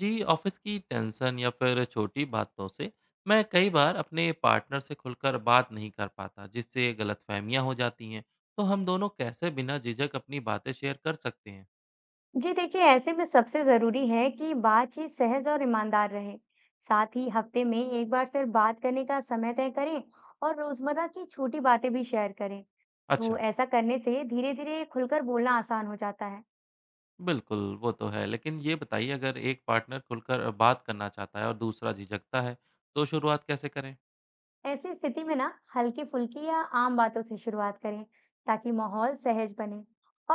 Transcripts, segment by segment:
जी office की tension या फिर छोटी बातों से मैं कई बार अपने पार्टनर से खुलकर बात नहीं कर पाता जिससे गलतफहमियां हो जाती हैं। तो हम दोनों कैसे बिना झिझक अपनी बातें शेयर कर सकते हैं? जी देखिए, ऐसे में सबसे जरूरी है कि बातचीत सहज और ईमानदार रहे। साथ ही हफ्ते में एक बार सिर्फ बात करने का समय तय करें और रोजमर्रा की छोटी बातें भी शेयर करें। तो अच्छा। ऐसा करने से धीरे धीरे खुलकर बोलना आसान हो जाता है। बिल्कुल, वो तो है। लेकिन ये बताइए, अगर एक पार्टनर खुलकर बात करना चाहता है और दूसरा झिझकता है, तो शुरुआत कैसे करें? ऐसी स्थिति में ना, हल्की फुल्की या आम बातों से शुरुआत करें ताकि माहौल सहज बने।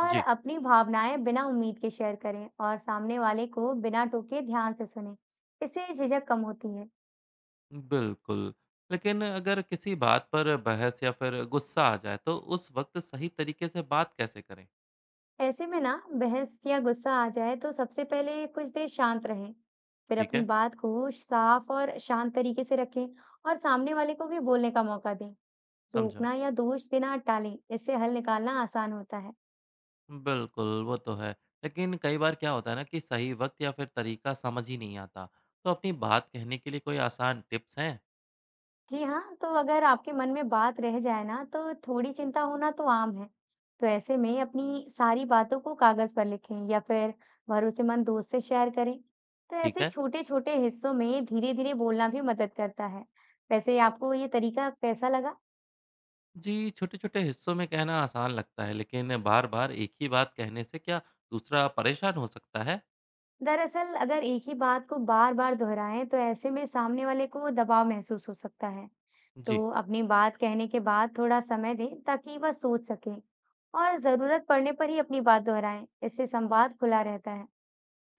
और जी। अपनी भावनाएं बिना उम्मीद के शेयर करें और सामने वाले को बिना टोके ध्यान से सुने। इससे झिझक कम होती है। बिल्कुल। लेकिन अगर किसी बात पर बहस या फिर गुस्सा आ जाए, तो उस वक्त सही तरीके से बात कैसे करें? ऐसे में ना, बहस या गुस्सा आ जाए तो सबसे पहले कुछ देर शांत रहें, फिर ठीक अपनी है। बात को साफ और शांत तरीके से रखें और सामने वाले को भी बोलने का मौका दें। समझा। टोकना या दोष देना टालें, इससे हल निकालना आसान होता है। बिल्कुल, वो तो है। लेकिन कई बार क्या होता है ना कि सही वक़्त या फिर तरीका समझ ही नहीं आता। तो अपनी बात कहने के लिए कोई आसान टिप्स हैं? जी हाँ, तो अगर आपके मन में बात रह जाए ना, तो थोड़ी चिंता होना तो आम है। तो ऐसे में अपनी सारी बातों को कागज़ पर लिखें या फिर भरोसेमंद दोस्त से शेयर करें। तो ठीक ऐसे है। छोटे-छोटे हिस्सों में धीरे-धीरे बोलना भी मदद करता है। वैसे आपको ये तरीका कैसा लगा? जी, छोटे-छोटे हिस्सों में कहना आसान लगता है, लेकिन बार-बार एक ही बात कहने से क्या दूसरा परेशान हो सकता है? दरअसल अगर एक ही बात को बार-बार दोहराएं, तो ऐसे में सामने वाले को दबाव महसूस हो सकता है। जी। तो अपनी बात कहने के बाद थोड़ा समय दें ताकि वह सोच सकें और जरूरत पड़ने पर ही अपनी बात दोहराएं। इससे संवाद खुला रहता है।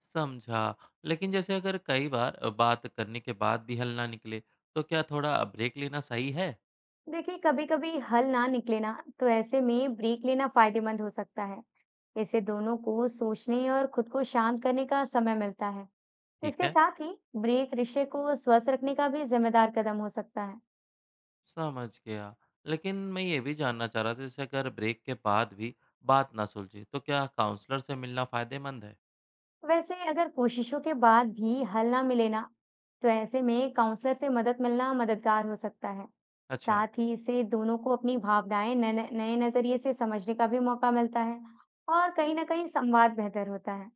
समझा। लेकिन जैसे अगर कई बार बात करने के बाद भी हल ना निकले, तो क्या थोड़ा ब्रेक लेना सही है? देखिए, कभी कभी हल ना निकले ना, तो ऐसे में ब्रेक लेना फायदेमंद हो सकता है। इससे दोनों को सोचने और खुद को शांत करने का समय मिलता है। ठीक इसके है। साथ ही ब्रेक रिश्ते को स्वस्थ रखने का भी जिम्मेदार कदम हो सकता है। समझ गया। लेकिन मैं ये भी जानना चाह रहा था, जैसे अगर ब्रेक के बाद भी बात ना सुलझे तो क्या काउंसलर से मिलना फ़ायदेमंद है? वैसे अगर कोशिशों के बाद भी हल ना मिले ना, तो ऐसे में काउंसलर से मदद मिलना मददगार हो सकता है। अच्छा। साथ ही इससे दोनों को अपनी भावनाएं नए नए नजरिए से समझने का भी मौका मिलता है और कहीं ना कहीं संवाद बेहतर होता है।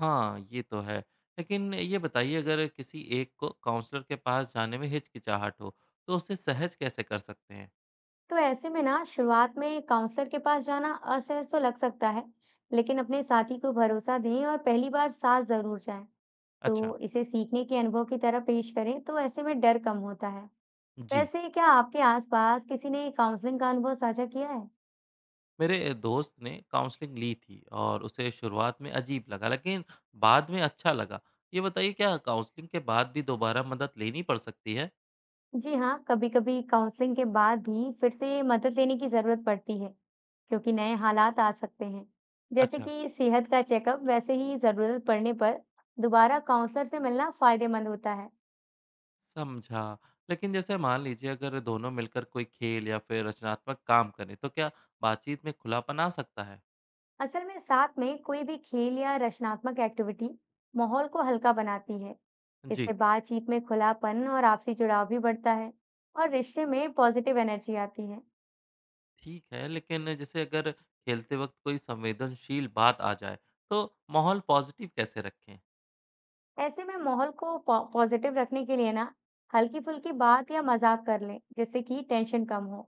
हाँ, ये तो है। लेकिन ये बताइए, अगर किसी एक को काउंसलर के पास जाने में हिचकिचाहट हो, तो उसे सहज कैसे कर सकते हैं? तो ऐसे में ना, शुरुआत में काउंसलर के पास जाना असहज तो लग सकता है, लेकिन अपने साथी को भरोसा दें और पहली बार साथ जरूर जाएं। तो अच्छा। इसे सीखने के अनुभव की तरह पेश करें, तो ऐसे में डर कम होता है। जी, वैसे क्या आपके आसपास किसी ने काउंसलिंग का अनुभव साझा किया है? मेरे दोस्त ने काउंसलिंग ली थी और उसे शुरुआत में अजीब लगा, लेकिन बाद में अच्छा लगा। ये बताइए, क्या काउंसलिंग के बाद भी दोबारा मदद लेनी पड़ सकती है? जी हाँ, कभी-कभी काउंसलिंग के बाद भी फिर से मदद लेने की जरूरत पड़ती है, क्योंकि नए हालात आ सकते हैं। जैसे अच्छा। कि सेहत का चेकअप, वैसे ही जरूरत पड़ने पर दोबारा काउंसलर से मिलना फायदेमंद होता है। समझा। लेकिन जैसे मान लीजिए, अगर दोनों मिलकर कोई खेल या फिर रचनात्मक काम करें तो क्या बातचीत में खुलापन आ सकता है? असल में साथ में कोई भी खेल या रचनात्मक एक्टिविटी माहौल को हल्का बनाती है। इससे जी। बातचीत में खुलापन और आपसी जुड़ाव भी बढ़ता है और रिश्ते में पॉजिटिव एनर्जी आती है। ठीक है। लेकिन जैसे अगर खेलते वक्त कोई संवेदनशील बात आ जाए, तो माहौल पॉजिटिव कैसे रखें? ऐसे में माहौल को पॉजिटिव रखने के लिए ना, हल्की फुल्की बात या मजाक कर लें जिससे कि टेंशन कम हो।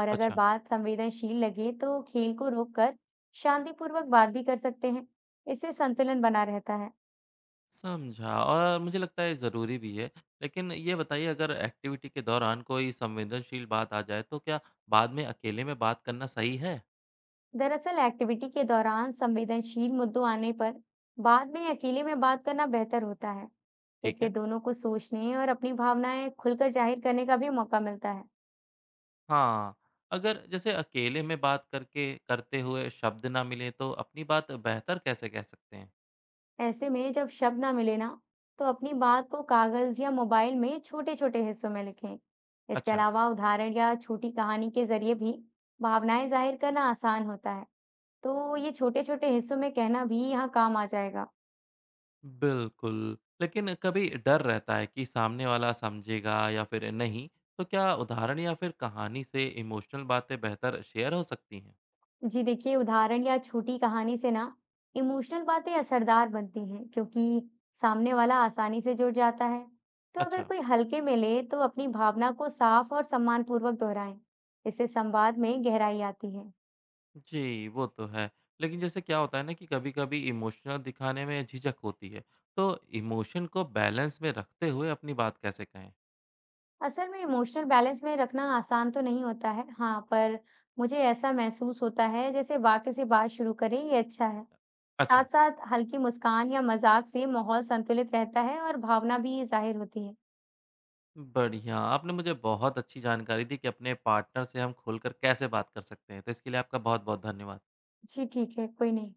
और अगर अच्छा। बात संवेदनशील लगे तो खेल को रोककर शांतिपूर्वक बात भी कर सकते हैं। इससे संतुलन बना रहता है। समझा, और मुझे लगता है ज़रूरी भी है। लेकिन ये बताइए, अगर एक्टिविटी के दौरान कोई संवेदनशील बात आ जाए तो क्या बाद में अकेले में बात करना सही है? दरअसल एक्टिविटी के दौरान संवेदनशील मुद्दों आने पर बाद में अकेले में बात करना बेहतर होता है। ठीक इससे है। दोनों को सोचने और अपनी भावनाएं खुलकर जाहिर करने का भी मौका मिलता है। हाँ, अगर जैसे अकेले में बात करके करते हुए शब्द ना मिले तो अपनी बात बेहतर कैसे कह सकते हैं? ऐसे में जब शब्द ना मिले ना, तो अपनी बात को कागज या मोबाइल में छोटे-छोटे हिस्सों में लिखें। इसके अच्छा। अलावा उदाहरण या छोटी कहानी के जरिए भी भावनाएं जाहिर करना आसान होता है। तो ये छोटे-छोटे हिस्सों में कहना भी यहाँ काम आ जाएगा। बिल्कुल। लेकिन कभी डर रहता है कि सामने वाला समझेगा या फिर नहीं, तो क्या उदाहरण या फिर कहानी से इमोशनल बातें बेहतर शेयर हो सकती हैं? जी देखिए, उदाहरण या छोटी कहानी से ना, इमोशनल बातें असरदार बनती हैं, क्योंकि सामने वाला आसानी से जुड़ जाता है। तो अगर अच्छा। कोई हल्के में ले, तो अपनी भावना को साफ और सम्मानपूर्वक दोहराएं। इससे संवाद में गहराई आती है। जी, वो तो है। लेकिन जैसे क्या होता है ना कि कभी-कभी इमोशनल दिखाने में झिझक होती है, तो इमोशन को बैलेंस में रखते हुए अपनी बात कैसे कहें? असल में इमोशनल बैलेंस में रखना आसान तो नहीं होता है, हाँ, पर मुझे ऐसा महसूस होता है जैसे वाक्य से बात शुरू करें, ये अच्छा है। अच्छा। साथ साथ हल्की मुस्कान या मजाक से माहौल संतुलित रहता है और भावना भी जाहिर होती है। बढ़िया, आपने मुझे बहुत अच्छी जानकारी दी कि अपने पार्टनर से हम खुलकर कैसे बात कर सकते हैं, तो इसके लिए आपका बहुत-बहुत धन्यवाद। जी ठीक है, कोई नहीं।